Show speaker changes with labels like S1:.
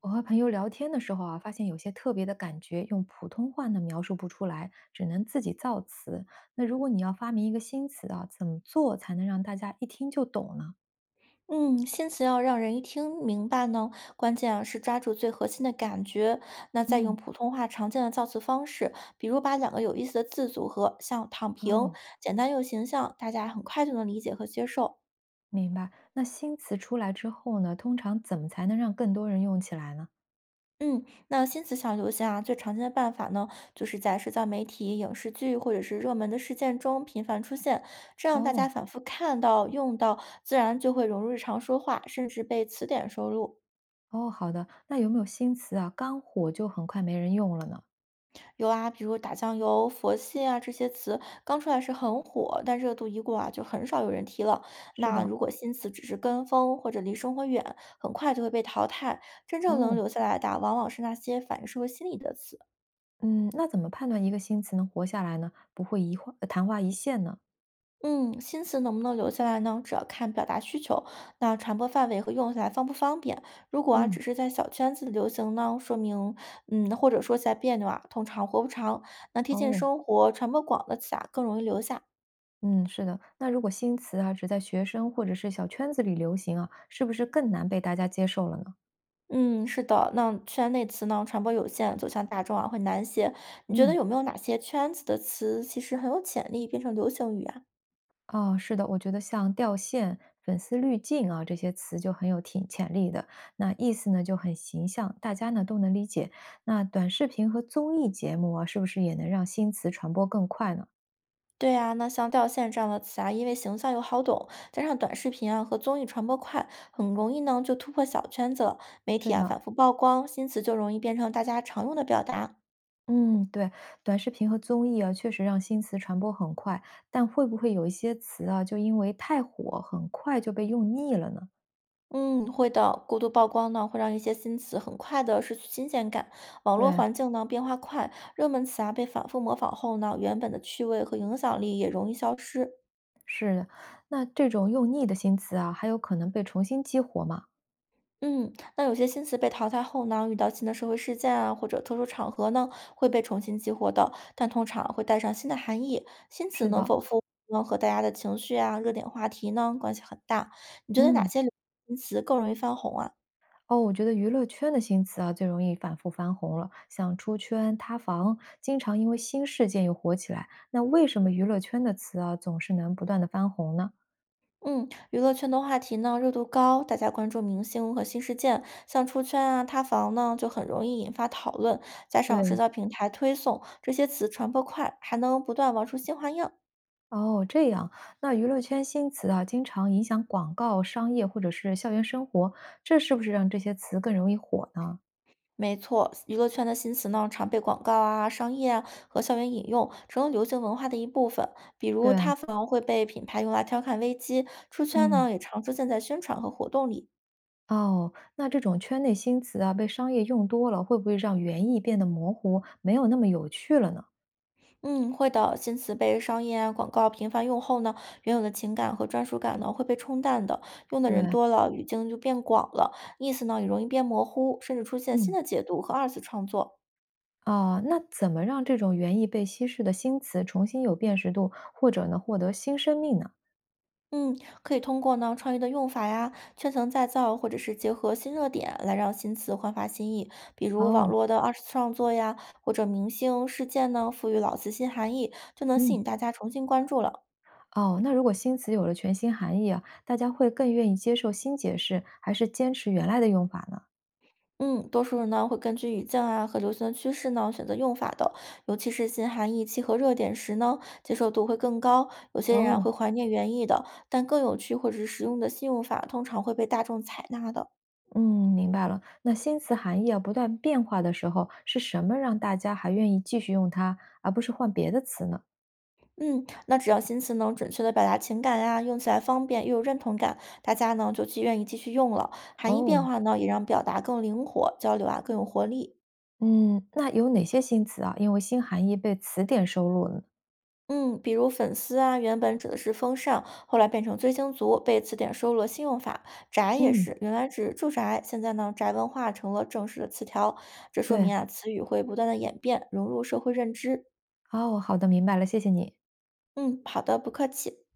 S1: 我和朋友聊天的时候啊，发现有些特别的感觉，用普通话呢描述不出来，只能自己造词。那如果你要发明一个新词啊，怎么做才能让大家一听就懂呢？
S2: 嗯，新词要让人一听明白呢，关键啊是抓住最核心的感觉。那再用
S1: 嗯，
S2: 普通话常见的造词方式，比如把两个有意思的字组合，像“躺平”，
S1: 哦，
S2: 简单又形象，大家很快就能理解和接受。
S1: 明白。那新词出来之后呢，通常怎么才能让更多人用起来呢？
S2: 嗯，那新词想流行啊，最常见的办法呢，就是在社交媒体、影视剧或者是热门的事件中频繁出现，这样大
S1: 哦
S2: 家反复看到、用到，自然就会融入日常说话，甚至被词典收录。
S1: 哦，好的。那有没有新词啊，刚火就很快没人用了呢？
S2: 有啊，比如打酱油、佛系啊这些词，刚出来时很火，但热度一过啊，就很少有人提了。
S1: 是
S2: 那
S1: 的。
S2: 如果新词只是跟风或者离生活远，很快就会被淘汰。真正能
S1: 哦，
S2: 留下来的啊往往是那些反映社会心理的词。
S1: 嗯，那怎么判断一个新词能活下来呢？不会一话，昙花一现呢？
S2: 嗯，新词能不能留下来呢？主要看表达需求，那传播范围和用起来方不方便。如果啊，
S1: 嗯，
S2: 只是在小圈子流行呢，说明或者说起来别扭啊，通常活不长。那贴近
S1: 哦。
S2: 生活、传播广的词啊，更容易留下。
S1: 嗯，是的。那如果新词啊，只在学生或者是小圈子里流行啊，是不是更难被大家接受了呢？
S2: 嗯，是的，那圈内词呢，传播有限，走向大众啊会难些。你觉得
S1: 嗯，
S2: 有没有哪些圈子的词其实很有潜力变成流行语啊？
S1: 哦，是的，我觉得像掉线、粉丝滤镜啊这些词就很有挺潜力的，那意思呢就很形象，大家呢都能理解。那短视频和综艺节目啊，是不是也能让新词传播更快呢？
S2: 对啊，那像掉线这样的词啊，因为形象又好懂，加上短视频啊和综艺传播快，很容易呢就突破小圈子了。媒
S1: 是
S2: 体啊
S1: 的，
S2: 反复曝光，新词就容易变成大家常用的表达。
S1: 嗯，对，短视频和综艺啊，确实让新词传播很快，但会不会有一些词啊，就因为太火，很快就被用腻了呢？
S2: 嗯，会的。过度曝光呢，会让一些新词很快的失去新鲜感。网络
S1: 对，
S2: 环境呢变化快，热门词啊被反复模仿后呢，原本的趣味和影响力也容易消失。
S1: 是的，那这种用腻的新词啊，还有可能被重新激活吗？
S2: 嗯，那有些新词被淘汰后呢，遇到新的社会事件啊或者特殊场合呢，会被重新激活的，但通常会带上新的含义。新词
S1: 是
S2: 能
S1: 的，
S2: 否复呢和大家的情绪啊、热点话题呢关系很大。你觉得哪
S1: 嗯，
S2: 些流行词更容易翻红啊？
S1: 哦，我觉得娱乐圈的新词啊，最容易反复翻红了，像出圈、塌房，经常因为新事件又火起来。那为什么娱乐圈的词啊，总是能不断的翻红呢？
S2: 嗯，娱乐圈的话题呢热度高，大家关注明星和新事件，像出圈啊、塌房呢，就很容易引发讨论。加上
S1: 对，
S2: 社交平台推送，这些词传播快，还能不断玩出新花样。
S1: 哦，这样，那娱乐圈新词啊，经常影响广告、商业或者是校园生活，这是不是让这些词更容易火呢？
S2: 没错，娱乐圈的新词呢，常被广告啊、商业啊和校园引用，成了流行文化的一部分。比如
S1: 对，
S2: 塌房会被品牌用来调侃危机，出圈
S1: 嗯。
S2: 呢也常出现在宣传和活动里。
S1: 哦，那这种圈内新词啊，被商业用多了，会不会让原意变得模糊，没有那么有趣了呢？
S2: 嗯，会的。新词被商业啊、广告频繁用后呢，原有的情感和专属感呢会被冲淡的。用的人
S1: 对，
S2: 多了，语境就变广了，意思呢也容易变模糊，甚至出现新
S1: 嗯。
S2: 的解读和二次创作。
S1: 哦，那怎么让这种原意被稀释的新词重新有辨识度，或者呢，获得新生命呢？
S2: 嗯，可以通过呢创意的用法呀、圈层再造，或者是结合新热点来让新词焕发新意。比如网
S1: 哦，
S2: 络的二次创作呀，或者明星事件呢，赋予老词新含义，就能吸
S1: 嗯，
S2: 引大家重新关注了。
S1: 哦，那如果新词有了全新含义啊，大家会更愿意接受新解释，还是坚持原来的用法呢？
S2: 嗯，多数人呢会根据语境啊和流行的趋势呢选择用法的，尤其是新含义契合热点时呢，接受度会更高。有些人啊
S1: 哦，
S2: 会怀念原意的，但更有趣或者是实用的新用法通常会被大众采纳的。
S1: 嗯，明白了。那新词含义啊不断变化的时候，是什么让大家还愿意继续用它，而不是换别的词呢？
S2: 嗯，那只要新词能准确的表达情感呀、用起来方便又有认同感，大家呢就既愿意继续用了。含义变
S1: 哦，
S2: 化呢也让表达更灵活，交流啊更有活力。
S1: 嗯，那有哪些新词啊，因为新含义被词典收录了呢
S2: 嗯，比如粉丝啊，原本指的是风尚，后来变成追星族，被词典收录了新用法。宅也
S1: 嗯。
S2: 是，原来指住宅，现在呢，宅文化成了正式的词条。这说
S1: 对，
S2: 明啊，词语会不断的演变，融入社会认知。
S1: 哦，好的，明白了，谢谢你。
S2: 嗯，好的，不客气。